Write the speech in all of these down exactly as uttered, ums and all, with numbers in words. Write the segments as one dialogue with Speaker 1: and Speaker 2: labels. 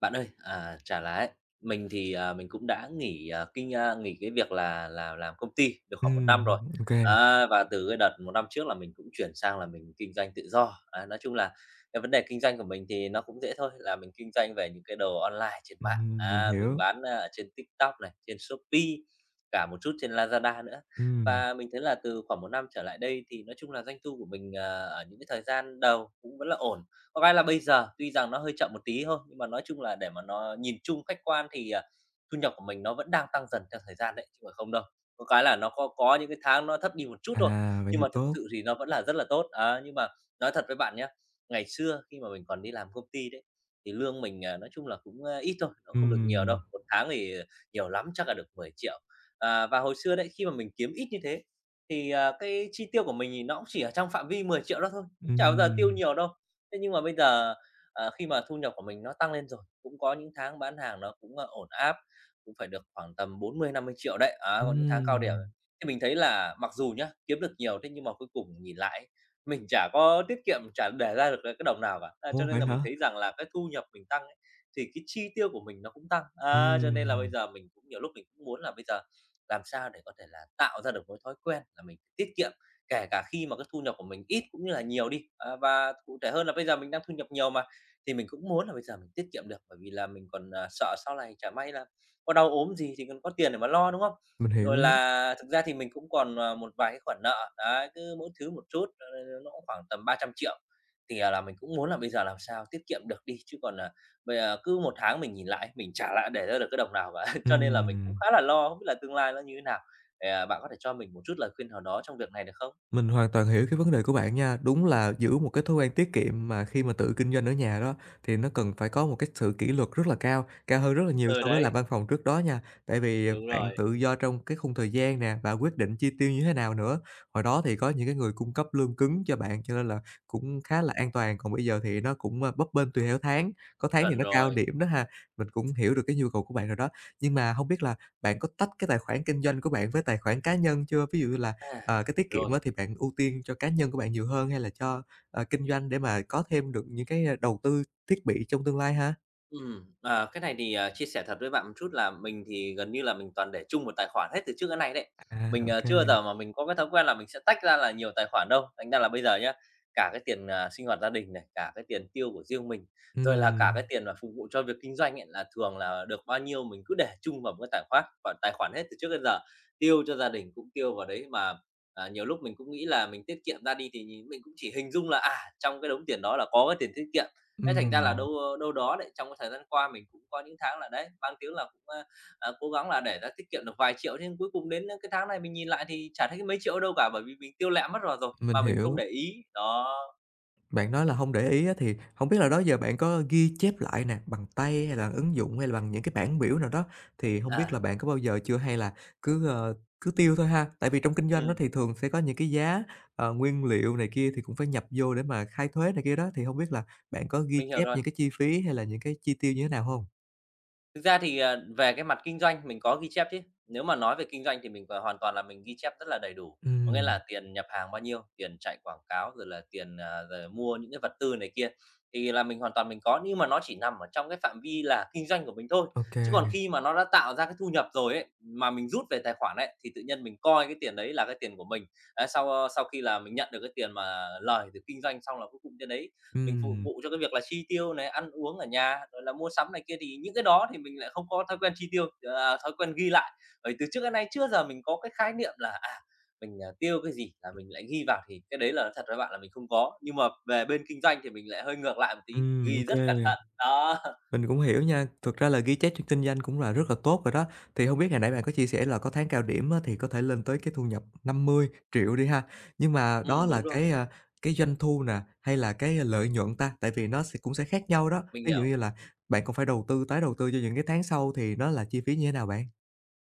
Speaker 1: Bạn ơi, à, chả là ấy, mình thì, à, mình cũng đã nghỉ, à, kinh a, nghỉ cái việc là là làm công ty được khoảng một năm
Speaker 2: Ừm,
Speaker 1: rồi.
Speaker 2: ô kê,
Speaker 1: Á, và từ cái đợt một năm trước là mình cũng chuyển sang là mình kinh doanh tự do. Á, nói chung là cái vấn đề kinh doanh của mình thì nó cũng dễ thôi, là mình kinh doanh về những cái đồ online trên mạng.
Speaker 2: ừm, mình
Speaker 1: Á, mình
Speaker 2: hiểu.
Speaker 1: bán, a, ở trên TikTok này, trên Shopee, cả một chút trên Lazada nữa.
Speaker 2: Ừm,
Speaker 1: Và mình thấy là từ khoảng một năm trở lại đây thì nói chung là doanh thu của mình, ờ, ở những cái thời gian đầu cũng vẫn là ổn. Có cái là bây giờ tuy rằng nó hơi chậm một tí thôi, nhưng mà nói chung là để mà nó nhìn chung khách quan thì, à, thu nhập của mình nó vẫn đang tăng dần theo thời gian đấy, chứ còn không đâu. Có cái là nó có có những cái tháng nó thấp đi một chút thôi,
Speaker 2: à, vậy
Speaker 1: nhưng
Speaker 2: thì
Speaker 1: mà thực
Speaker 2: tốt.
Speaker 1: sự thì nó vẫn là rất là tốt. Á, nhưng mà nói thật với bạn nhé, ngày xưa khi mà mình còn đi làm công ty đấy, thì lương mình, à, nói chung là cũng, a, ít thôi, nó không được nhiều đâu,
Speaker 2: Ừm,
Speaker 1: một tháng thì nhiều lắm chắc là được mười triệu. À, và hồi xưa đấy, khi mà mình kiếm ít như thế thì, à, cái chi tiêu của mình thì nó cũng chỉ ở trong phạm vi mười triệu đó thôi, cũng chả bao giờ tiêu
Speaker 2: ừm,
Speaker 1: nhiều đâu. Thế nhưng mà bây giờ, ờ, khi mà thu nhập của mình nó tăng lên rồi, cũng có những tháng bán hàng nó cũng, a, ổn áp, cũng phải được khoảng tầm bốn mươi năm mươi triệu đấy, á, có những tháng cao điểm.
Speaker 2: ừm.
Speaker 1: Thì mình thấy là mặc dù nhá, kiếm được nhiều, thế nhưng mà cuối cùng nhìn lại mình chả có tiết kiệm, chả để ra được, ờ, cái đồng nào cả. À, cho
Speaker 2: Ồ,
Speaker 1: nên
Speaker 2: vậy
Speaker 1: là mình
Speaker 2: hả?
Speaker 1: thấy rằng là cái thu nhập mình tăng ấy, thì cái chi tiêu của mình nó cũng tăng. Á, cho nên là bây
Speaker 2: Ừm,
Speaker 1: giờ mình cũng nhiều lúc mình cũng muốn là bây giờ làm sao để có thể là tạo ra được một thói quen là mình tiết kiệm kể cả khi mà cái thu nhập của mình ít cũng như là nhiều đi. À, và cụ thể hơn là bây giờ mình đang thu nhập nhiều mà, thì mình cũng muốn là bây giờ mình tiết kiệm được, bởi vì là mình còn, à, sợ sau này chả may là có đau ốm gì thì còn có tiền để mà lo, đúng không?
Speaker 2: mình
Speaker 1: Rồi
Speaker 2: hiểu,
Speaker 1: là thực ra thì mình cũng còn, ờ, một vài cái khoản nợ, đấy, cứ mỗi thứ một chút, ờ, nó cũng khoảng tầm ba trăm triệu. Thì, à, là mình cũng muốn là bây giờ làm sao tiết kiệm được đi, chứ còn, à, bây giờ cứ một tháng mình nhìn lại, mình trả lại để ra được cái đồng nào cả. Cho nên là mình cũng
Speaker 2: ừm.
Speaker 1: khá là lo, không biết là tương lai nó như thế nào. Thì, à, bạn có thể cho mình một chút lời khuyên nào đó trong việc này được không?
Speaker 2: Mình hoàn toàn hiểu cái vấn đề của bạn nha. Đúng là giữ một cái thói quen tiết kiệm mà khi mà tự kinh doanh ở nhà đó, thì nó cần phải có một cái sự kỷ luật rất là cao, cao hơn rất là nhiều
Speaker 1: Ừ,
Speaker 2: so với làm
Speaker 1: đấy,
Speaker 2: văn phòng trước đó nha. Tại vì, ờ,
Speaker 1: đúng
Speaker 2: bạn
Speaker 1: rồi,
Speaker 2: tự do trong cái khung thời gian nè, và quyết định chi tiêu như thế nào nữa. Hồi đó thì có những cái người cung cấp lương cứng cho bạn, cho nên là cũng khá là an toàn, còn bây giờ thì nó cũng, ơ, bấp bênh tùy theo tháng, có tháng thì
Speaker 1: chuẩn
Speaker 2: nó cao
Speaker 1: rồi.
Speaker 2: điểm đó ha. Mình cũng hiểu được cái nhu cầu của bạn rồi đó. Nhưng mà không biết là bạn có tách cái tài khoản kinh doanh của bạn với tài khoản cá nhân chưa? Ví dụ là
Speaker 1: À,
Speaker 2: Ờ, cái tiết kiệm
Speaker 1: rồi.
Speaker 2: á thì bạn ưu tiên cho cá nhân của bạn nhiều hơn hay là cho, ờ, kinh doanh để mà có thêm được những cái, a, đầu tư thiết bị trong tương lai ha?
Speaker 1: Ừm, ờ, cái này thì, ờ, chia sẻ thật với bạn một chút là mình thì gần như là mình toàn để chung một tài khoản hết từ trước đến nay đấy.
Speaker 2: À,
Speaker 1: Mình,
Speaker 2: ô
Speaker 1: ờ, chưa bao giờ mà mình có cái thói quen là mình sẽ tách ra là nhiều tài khoản đâu. Thành ra là bây giờ nhá, cả cái tiền, à, sinh hoạt gia đình này, cả cái tiền tiêu của riêng mình, rồi là cả
Speaker 2: Ừm,
Speaker 1: cái tiền mà phục vụ cho việc kinh doanh ấy, là thường là được bao nhiêu mình cứ để chung vào một cái tài khoát khoản tài khoản hết từ trước đến giờ. Tiêu cho gia đình cũng tiêu vào đấy mà, à, nhiều lúc mình cũng nghĩ là mình tiết kiệm ra đi thì nhìn mình cũng chỉ hình dung là, à, trong cái đống tiền đó là có cái tiền tiết kiệm. Thế thành ra là
Speaker 2: ừm,
Speaker 1: đâu, đâu đó lại trong cái thời gian qua mình cũng có những tháng là đấy, mang tiếng là cũng, a, à, cố gắng là để ra tiết kiệm được vài triệu, nhưng cuối cùng đến, cái tháng này mình nhìn lại thì chả thấy mấy triệu đâu cả, bởi vì mình tiêu lẹ mất rồi rồi,
Speaker 2: mình
Speaker 1: mà mình không
Speaker 2: hiểu.
Speaker 1: để ý. Đó.
Speaker 2: Bạn nói là hông để ý á, thì hổng biết là đó giờ bạn có ghi chép lại nè, bằng tay hay là ứng dụng hay là bằng những cái bảng biểu nào đó, thì hông biết
Speaker 1: à,
Speaker 2: là bạn có bao giờ chưa hay là cứ, ờ, cứ tiêu thôi ha? Tại vì trong kinh doanh á,
Speaker 1: ừm,
Speaker 2: thì thường sẽ có những cái giá, ờ, nguyên liệu này kia thì cũng phải nhập vô để mà khai thuế này kia đó, thì hông biết là bạn có ghi
Speaker 1: mình hiểu
Speaker 2: chép
Speaker 1: rồi.
Speaker 2: những cái chi phí hay là những cái chi tiêu như thế nào hông?
Speaker 1: Thực ra thì, ờ, về cái mặt kinh doanh mình có ghi chép chứ. Nếu mà nói về kinh doanh thì mình còn hoàn toàn là mình ghi chép rất là đầy đủ. Có nghĩa là
Speaker 2: Ừm,
Speaker 1: tiền nhập hàng bao nhiêu, tiền chạy quảng cáo, rồi là tiền, à, rồi mua những cái vật tư này kia, thì là mình hoàn toàn mình có, nhưng mà nó chỉ nằm ở trong cái phạm vi là kinh doanh của mình thôi.
Speaker 2: ô kê.
Speaker 1: Chứ còn khi mà nó đã tạo ra cái thu nhập rồi ấy, mà mình rút về tài khoản ấy, thì tự nhiên mình coi cái tiền đấy là cái tiền của mình. Đấy, sau, ờ, sau khi là mình nhận được cái tiền mà lời từ kinh doanh xong là cuối cùng trên đấy mình phục
Speaker 2: Ừm,
Speaker 1: vụ cho cái việc là chi tiêu này, ăn uống ở nhà, rồi là mua sắm này kia thì những cái đó thì mình lại không có thói quen chi tiêu, à, thói quen ghi lại. Bởi từ trước đến nay chưa giờ mình có cái khái niệm là, à, mình, à, tiêu cái gì là mình lại ghi vào thì cái đấy là thật với bạn là mình không có. Nhưng mà về bên kinh doanh thì mình lại hơi ngược lại một tí,
Speaker 2: ừm, ô
Speaker 1: ghi
Speaker 2: kê.
Speaker 1: rất cẩn thận. Đó.
Speaker 2: Mình cũng hiểu nha, thực ra là ghi chép trên kinh doanh cũng là rất là tốt rồi đó. Thì không biết hồi nãy bạn có chia sẻ là có tháng cao điểm á, thì có thể lên tới cái thu nhập năm mươi triệu đi ha, nhưng mà đó
Speaker 1: Ừm,
Speaker 2: là
Speaker 1: đúng rồi,
Speaker 2: cái, a, cái doanh thu nè, hay là cái lợi nhuận ta? Tại vì nó sẽ cũng sẽ khác nhau đó,
Speaker 1: mình
Speaker 2: ví dụ
Speaker 1: hiểu.
Speaker 2: như là bạn còn phải đầu tư, tái đầu tư cho những cái tháng sau thì nó là chi phí như thế nào bạn?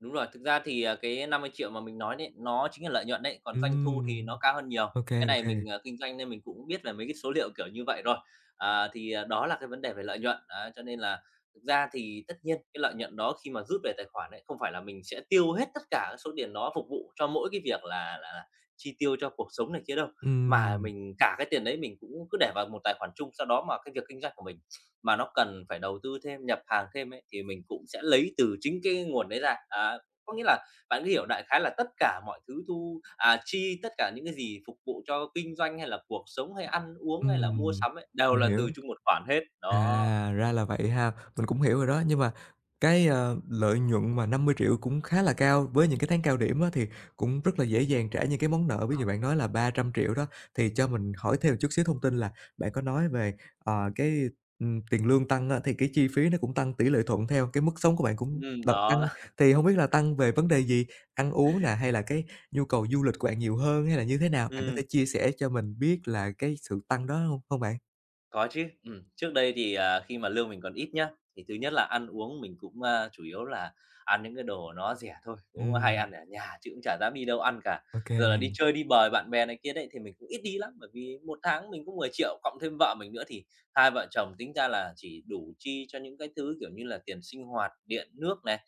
Speaker 1: Đúng rồi, thực ra thì, à, cái năm mươi triệu mà mình nói đấy, nó chính là lợi nhuận đấy, còn doanh thu thì
Speaker 2: Ừm,
Speaker 1: nó cao hơn nhiều.
Speaker 2: ô kê,
Speaker 1: Cái này mình, ờ, kinh doanh nên mình cũng biết về mấy cái số liệu kiểu như vậy rồi. À, thì, à, đó là cái vấn đề về lợi nhuận, á, cho nên là thực ra thì tất nhiên cái lợi nhuận đó khi mà rút về tài khoản ấy, không phải là mình sẽ tiêu hết tất cả cái số tiền đó phục vụ cho mỗi cái việc là là là chi tiêu cho cuộc sống này kia đâu, mà
Speaker 2: Ừm,
Speaker 1: mình cả cái tiền đấy mình cũng cứ để vào một tài khoản chung, sau đó mà cái việc kinh doanh của mình mà nó cần phải đầu tư thêm, nhập hàng thêm ấy, thì mình cũng sẽ lấy từ chính cái nguồn đấy ra. Á, có nghĩa là bạn cứ hiểu đại khái là tất cả mọi thứ thu à, chi, tất cả những cái gì phục vụ cho kinh doanh hay là cuộc sống hay ăn uống hay là mua
Speaker 2: ừm,
Speaker 1: sắm ấy, đều
Speaker 2: mình
Speaker 1: là từ
Speaker 2: hiểu.
Speaker 1: chung một khoản hết. Đó,
Speaker 2: À, ra là vậy ha. Mình cũng hiểu rồi đó, nhưng mà cái, ờ, lợi nhuận mà năm mươi triệu cũng khá là cao, với những cái tháng cao điểm á thì cũng rất là dễ dàng trả những cái món nợ, ví dụ bạn nói là ba trăm triệu đó. Thì cho mình hỏi thêm một chút xíu thông tin là bạn có nói về, ờ, cái, ừm, tiền lương tăng á, thì cái chi phí nó cũng tăng tỷ lệ thuận theo, cái mức sống của bạn cũng
Speaker 1: ừm,
Speaker 2: là
Speaker 1: đó.
Speaker 2: tăng, thì không biết là tăng về vấn đề gì? Ăn uống nè, hay là cái nhu cầu du lịch của bạn nhiều hơn, hay là như thế nào? Bạn có thể
Speaker 1: Ừm.
Speaker 2: chia sẻ cho mình biết là cái sự tăng đó không không bạn?
Speaker 1: Có chứ, ừm. Trước đây thì, à, khi mà lương mình còn ít nhá, thì thứ nhất là ăn uống mình cũng, a, chủ yếu là ăn những cái đồ nó rẻ thôi,
Speaker 2: Ừ.
Speaker 1: cũng hay ăn ở nhà chứ cũng chả dám đi đâu ăn cả.
Speaker 2: Ok.
Speaker 1: Rồi là đi chơi đi bời bạn bè này kia đấy thì mình cũng ít đi lắm, bởi vì một tháng mình cũng mười triệu cộng thêm vợ mình nữa thì hai vợ chồng tính ra là chỉ đủ chi cho những cái thứ, kiểu như là, tiền sinh hoạt, điện nước này,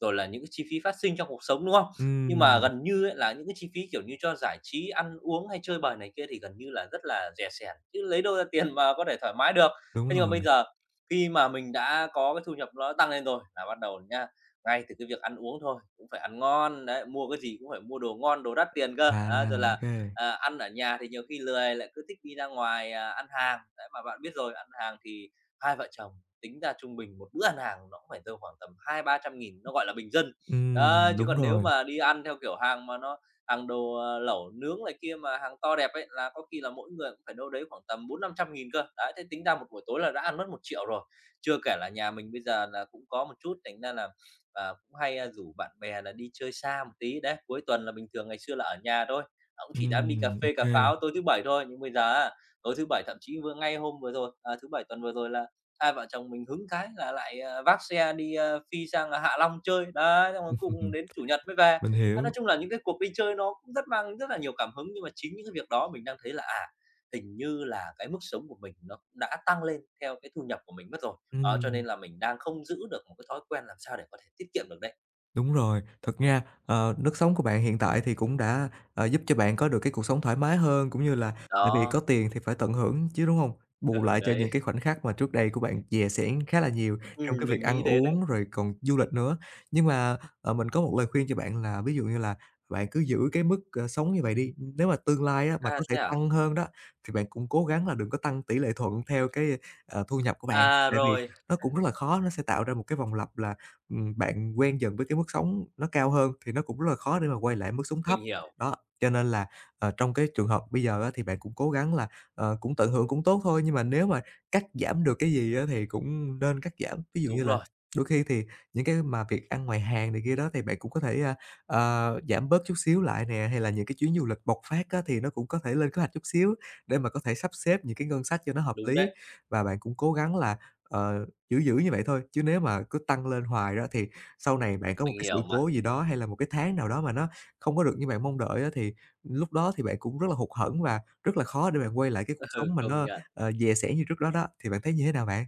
Speaker 1: rồi là những cái chi phí phát sinh trong cuộc sống, đúng không? Nhưng mà
Speaker 2: Ừm,
Speaker 1: gần như ấy là những cái chi phí, kiểu như, cho giải trí, ăn uống hay chơi bời này kia thì gần như là rất là rẻ sẻn, chứ lấy đâu ra tiền mà có thể thoải mái được.
Speaker 2: đúng
Speaker 1: Thế nhưng mà
Speaker 2: rồi.
Speaker 1: bây giờ khi mà mình đã có cái thu nhập nó tăng lên rồi là bắt đầu nha, ngay từ cái việc ăn uống thôi, cũng phải ăn ngon, đấy, mua cái gì cũng phải mua đồ ngon, đồ đắt tiền cơ.
Speaker 2: À,
Speaker 1: Á, rồi
Speaker 2: ok
Speaker 1: là,
Speaker 2: kê.
Speaker 1: à, ăn ở nhà thì nhiều khi lười lại cứ thích đi ra ngoài, à, ăn hàng. Đấy, mà bạn biết rồi, ăn hàng thì hai vợ chồng tính ra trung bình một bữa ăn hàng nó cũng phải rơi khoảng tầm hai ba trăm nghìn nó gọi là bình dân. Đó,
Speaker 2: Ừm,
Speaker 1: chứ
Speaker 2: đúng
Speaker 1: còn nếu
Speaker 2: rồi.
Speaker 1: mà đi ăn theo kiểu hàng mà nó hàng đồ, ờ, lẩu nướng này kia mà hàng to đẹp ấy, là có khi là mỗi người cũng phải đâu đấy khoảng tầm bốn năm trăm nghìn cơ. Đấy, thế tính ra một buổi tối là đã ăn mất một triệu rồi. Chưa kể là nhà mình bây giờ là cũng có một chút, thành ra là, à, cũng hay, a, rủ bạn bè là đi chơi xa một tí. Đấy, cuối tuần là bình thường ngày xưa là ở nhà thôi, cũng chỉ dám đi cà
Speaker 2: Ừm,
Speaker 1: phê cà pháo
Speaker 2: ô
Speaker 1: tối thứ Bảy thôi, nhưng bây giờ á, tối thứ Bảy thậm chí vừa ngay hôm vừa rồi, à, thứ Bảy tuần vừa rồi là hai vợ chồng mình hứng cái là lại, ờ, vác xe đi, ơ, phi sang, à, Hạ Long chơi. Đấy, xong rồi cùng đến Chủ nhật mới về.
Speaker 2: Mình
Speaker 1: Á, nói
Speaker 2: hiểu.
Speaker 1: chung là những cái cuộc đi chơi nó cũng rất mang rất là nhiều cảm hứng, nhưng mà chính những cái việc đó mình đang thấy là, à, hình như là cái mức sống của mình nó cũng đã tăng lên theo cái thu nhập của mình mất rồi. Đó, cho
Speaker 2: Ừm.
Speaker 1: nên là mình đang không giữ được một cái thói quen làm sao để có thể tiết kiệm được đấy.
Speaker 2: Đúng rồi, thật ra, ờ, nếp sống của bạn hiện tại thì cũng đã, ờ, giúp cho bạn có được cái cuộc sống thoải mái hơn, cũng như là tại vì có
Speaker 1: Đó,
Speaker 2: tiền thì phải tận hưởng chứ, đúng không? Bù
Speaker 1: ừ,
Speaker 2: lại cho những
Speaker 1: đấy,
Speaker 2: cái khoảnh khắc mà trước đây của bạn dè sẻn khá là nhiều trong cái
Speaker 1: ừm,
Speaker 2: việc
Speaker 1: mình
Speaker 2: ăn
Speaker 1: nghĩ thế đấy.
Speaker 2: uống, rồi còn du lịch nữa. Nhưng mà, ờ, mình có một lời khuyên cho bạn là ví dụ như là bạn cứ giữ cái mức, ờ, sống như vậy đi, nếu mà tương lai á mà
Speaker 1: À,
Speaker 2: có thể
Speaker 1: thế à?
Speaker 2: tăng hơn đó, thì bạn cũng cố gắng là đừng có tăng tỷ lệ thuận theo cái, ờ, thu nhập của bạn,
Speaker 1: À,
Speaker 2: tại vì
Speaker 1: rồi,
Speaker 2: nó cũng rất là khó, nó sẽ tạo ra một cái vòng lặp là ừm, bạn quen dần với cái mức sống nó cao hơn thì nó cũng rất là khó để mà quay lại mức sống thấp.
Speaker 1: mình hiểu.
Speaker 2: Đó, cho nên là, ờ, trong cái trường hợp bây giờ á thì bạn cũng cố gắng là, ờ, cũng tận hưởng cũng tốt thôi, nhưng mà nếu mà cắt giảm được cái gì á thì cũng nên cắt giảm. Ví dụ như
Speaker 1: Đúng
Speaker 2: là
Speaker 1: rồi,
Speaker 2: đôi khi thì những cái mà việc ăn ngoài hàng này kia đó thì bạn cũng có thể, a, ờ, giảm bớt chút xíu lại nè, hay là những cái chuyến du lịch bộc phát á thì nó cũng có thể lên kế hoạch chút xíu để mà có thể sắp xếp những cái ngân sách cho nó hợp
Speaker 1: đúng
Speaker 2: lý.
Speaker 1: đấy,
Speaker 2: Và bạn cũng cố gắng là, ờ Giữ giữ như vậy thôi, chứ nếu mà cứ tăng lên hoài đó thì sau này bạn có một
Speaker 1: mình
Speaker 2: cái
Speaker 1: hiểu
Speaker 2: sự
Speaker 1: mà.
Speaker 2: cố gì đó, hay là một cái tháng nào đó mà nó không có được như bạn mong đợi á, thì lúc đó thì bạn cũng rất là hụt hẫng và rất là khó để bạn quay lại cái cuộc
Speaker 1: Ừ,
Speaker 2: sống mà
Speaker 1: công
Speaker 2: nó,
Speaker 1: nhận.
Speaker 2: ờ, dè sẻn như trước đó đó, thì bạn thấy như thế nào bạn?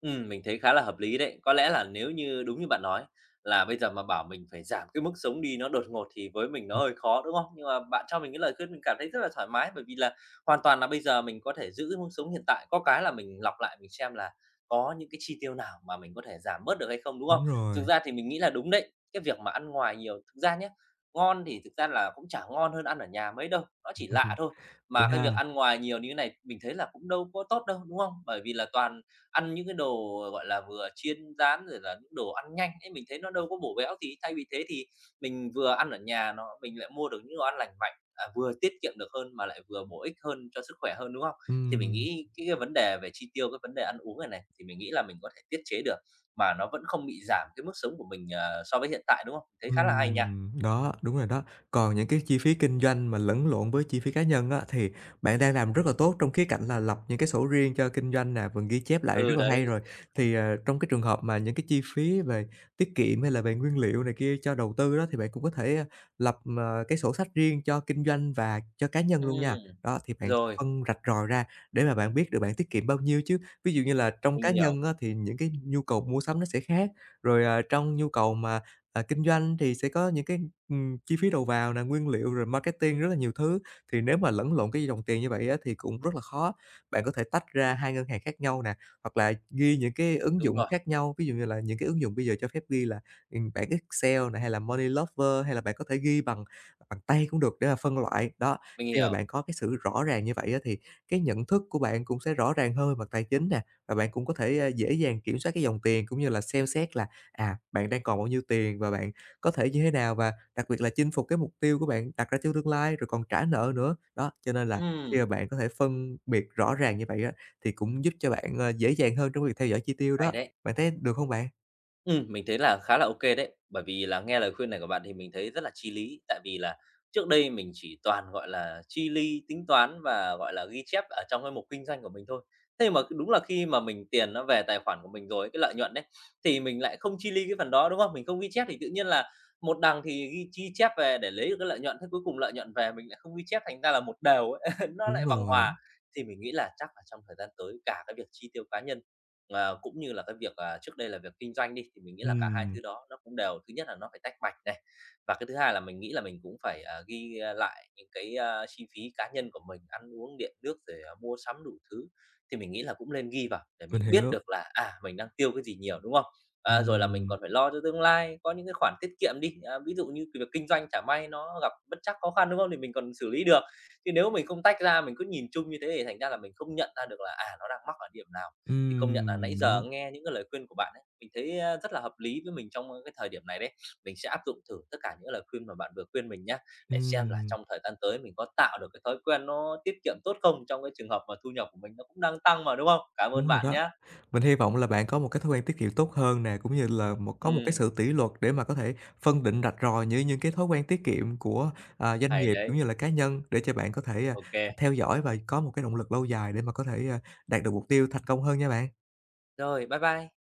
Speaker 1: Ừm, mình thấy khá là hợp lý đấy. Có lẽ là nếu như đúng như bạn nói là bây giờ mà bảo mình phải giảm cái mức sống đi nó đột ngột thì với mình nó
Speaker 2: Ừm,
Speaker 1: hơi khó, đúng không? Nhưng mà bạn cho mình cái lời khuyên mình cảm thấy rất là thoải mái, bởi vì là hoàn toàn là bây giờ mình có thể giữ cái mức sống hiện tại. Có cái là mình lọc lại mình xem là có những cái chi tiêu nào mà mình có thể giảm bớt được hay không, đúng không?
Speaker 2: đúng rồi,
Speaker 1: Thực ra thì mình nghĩ là đúng đấy, cái việc mà ăn ngoài nhiều thực ra nhé, ngon thì thực ra là cũng chả ngon hơn ăn ở nhà mấy đâu, nó chỉ lạ
Speaker 2: Ừm,
Speaker 1: thôi.
Speaker 2: vậy
Speaker 1: Mà cái
Speaker 2: ha.
Speaker 1: việc ăn ngoài nhiều như thế này mình thấy là cũng đâu có tốt đâu, đúng không? Bởi vì là toàn ăn những cái đồ, gọi là, vừa chiên rán rồi là những đồ ăn nhanh ấy, mình thấy nó đâu có bổ béo. Thì thay vì thế thì mình vừa ăn ở nhà nó mình lại mua được những đồ ăn lành mạnh, à, vừa tiết kiệm được hơn mà lại vừa bổ ích hơn cho sức khỏe hơn, đúng không? Thì mình
Speaker 2: Ừm.
Speaker 1: nghĩ cái cái vấn đề về chi tiêu, cái vấn đề ăn uống này này, thì mình nghĩ là mình có thể tiết chế được, mà nó vẫn không bị giảm cái mức sống của mình, ờ, so với hiện tại, đúng không? Thấy khá là hay nha.
Speaker 2: Ừm, đó, đúng rồi đó. Còn những cái chi phí kinh doanh mà lẫn lộn với chi phí cá nhân á, thì bạn đang làm rất là tốt trong khía cạnh là lập những cái sổ riêng cho kinh doanh nè, và ghi chép lại rất
Speaker 1: Ừ,
Speaker 2: là hay
Speaker 1: đấy.
Speaker 2: rồi. Thì, ờ, trong cái trường hợp mà những cái chi phí về tiết kiệm hay là về nguyên liệu này kia cho đầu tư đó, thì bạn cũng có thể, a, lập, ờ, cái sổ sách riêng cho kinh doanh và cho cá nhân
Speaker 1: Ừm,
Speaker 2: luôn nha. Đó, thì bạn
Speaker 1: rồi,
Speaker 2: phân rạch ròi ra để mà bạn biết được bạn tiết kiệm bao nhiêu chứ. Ví dụ như là trong
Speaker 1: mình
Speaker 2: cá
Speaker 1: hiểu.
Speaker 2: nhân á, thì những cái nhu cầu mua sắm nó sẽ khác, rồi, à, trong nhu cầu mà À, kinh doanh thì sẽ có những cái, ừm, chi phí đầu vào nè, nguyên liệu rồi marketing, rất là nhiều thứ, thì nếu mà lẫn lộn cái dòng tiền như vậy á thì cũng rất là khó. Bạn có thể tách ra hai ngân hàng khác nhau nè, hoặc là ghi những cái ứng
Speaker 1: Đúng
Speaker 2: dụng
Speaker 1: rồi,
Speaker 2: khác nhau, ví dụ như là những cái ứng dụng bây giờ cho phép ghi là, ừm, bảng Excel này hay là money lover hay là bạn có thể ghi bằng bằng tay cũng được để mà phân loại. Đó,
Speaker 1: mình
Speaker 2: khi mà
Speaker 1: hiểu.
Speaker 2: bạn có cái sự rõ ràng như vậy á thì cái nhận thức của bạn cũng sẽ rõ ràng hơn về mặt tài chính nè, và bạn cũng có thể, a, dễ dàng kiểm soát cái dòng tiền cũng như là xem xét là à, bạn đang còn bao nhiêu tiền và bạn có thể như thế nào và đặc biệt là chinh phục cái mục tiêu của bạn đặt ra trong tương lai rồi còn trả nợ nữa. Đó, cho nên là khi
Speaker 1: Ừm,
Speaker 2: mà bạn có thể phân biệt rõ ràng như vậy á, thì cũng giúp cho bạn, ờ, dễ dàng hơn trong việc theo dõi chi tiêu đó.
Speaker 1: hay đấy.
Speaker 2: Bạn thấy được không bạn?
Speaker 1: Ừm, mình thấy là khá là ok đấy, bởi vì là nghe lời khuyên này của bạn thì mình thấy rất là chi lý. Tại vì là trước đây mình chỉ toàn, gọi là, chi ly tính toán và, gọi là, ghi chép ở trong cái mục kinh doanh của mình thôi. Thế mà đúng là khi mà mình tiền nó về tài khoản của mình rồi cái lợi nhuận đấy, thì mình lại không chi ly cái phần đó, đúng không? Mình không ghi chép thì tự nhiên là một đằng thì ghi chi chép về để lấy được cái lợi nhuận, thế cuối cùng lợi nhuận về mình lại không ghi chép, thành ra là một đều ấy, nó
Speaker 2: Đúng
Speaker 1: lại bằng
Speaker 2: rồi,
Speaker 1: hòa. Thì mình nghĩ là chắc là trong thời gian tới cả cái việc chi tiêu cá nhân, Ờ, cũng như là cái việc, à, trước đây là việc kinh doanh đi, thì mình nghĩ là cả hai
Speaker 2: ừm,
Speaker 1: thứ đó nó cũng đều thứ nhất là nó phải tách bạch này, và cái thứ hai là mình nghĩ là mình cũng phải, à, ghi, a, lại những cái, a, chi phí cá nhân của mình, ăn uống, điện nước rồi, à, mua sắm đủ thứ, thì mình nghĩ là cũng nên ghi vào để
Speaker 2: mình
Speaker 1: mình biết
Speaker 2: hiểu,
Speaker 1: được là, à, mình đang tiêu cái gì nhiều, đúng không? À, rồi là mình
Speaker 2: ừm,
Speaker 1: còn phải lo cho tương lai, có những cái khoản tiết kiệm đi, à, ví dụ như cái việc kinh doanh chả may nó gặp bất trắc, khó khăn, đúng không? Thì mình còn xử lý được, chứ nếu mình không tách ra, mình cứ nhìn chung như thế thì thành ra là mình không nhận ra được là, à, nó đang mắc ở điểm nào. Thì công nhận là nãy
Speaker 2: ừm,
Speaker 1: giờ
Speaker 2: đúng,
Speaker 1: nghe những cái lời khuyên của bạn ấy, mình thấy, a, rất là hợp lý với mình trong, cái thời điểm này đấy. Mình sẽ áp dụng thử tất cả những lời khuyên mà bạn vừa khuyên mình nhá, để xem là
Speaker 2: ừm,
Speaker 1: trong thời gian tới mình có tạo được cái thói quen nó tiết kiệm tốt không trong cái trường hợp mà thu nhập của mình nó cũng đang tăng mà, đúng không? Cảm ơn
Speaker 2: đúng rồi
Speaker 1: bạn
Speaker 2: đó.
Speaker 1: nhá.
Speaker 2: Mình hy vọng là bạn có một cái thói quen tiết kiệm tốt hơn nè, cũng như là một có một cái
Speaker 1: Ừ,
Speaker 2: sự kỷ luật để mà có thể phân định rạch ròi những những cái thói quen tiết kiệm của, à, doanh
Speaker 1: hay
Speaker 2: nghiệp
Speaker 1: đấy.
Speaker 2: cũng như là cá nhân để cho bạn có thể, à,
Speaker 1: OK.
Speaker 2: theo dõi và có một cái động lực lâu dài để mà có thể, à, đạt được mục tiêu thành công hơn nha bạn.
Speaker 1: Rồi, bye bye.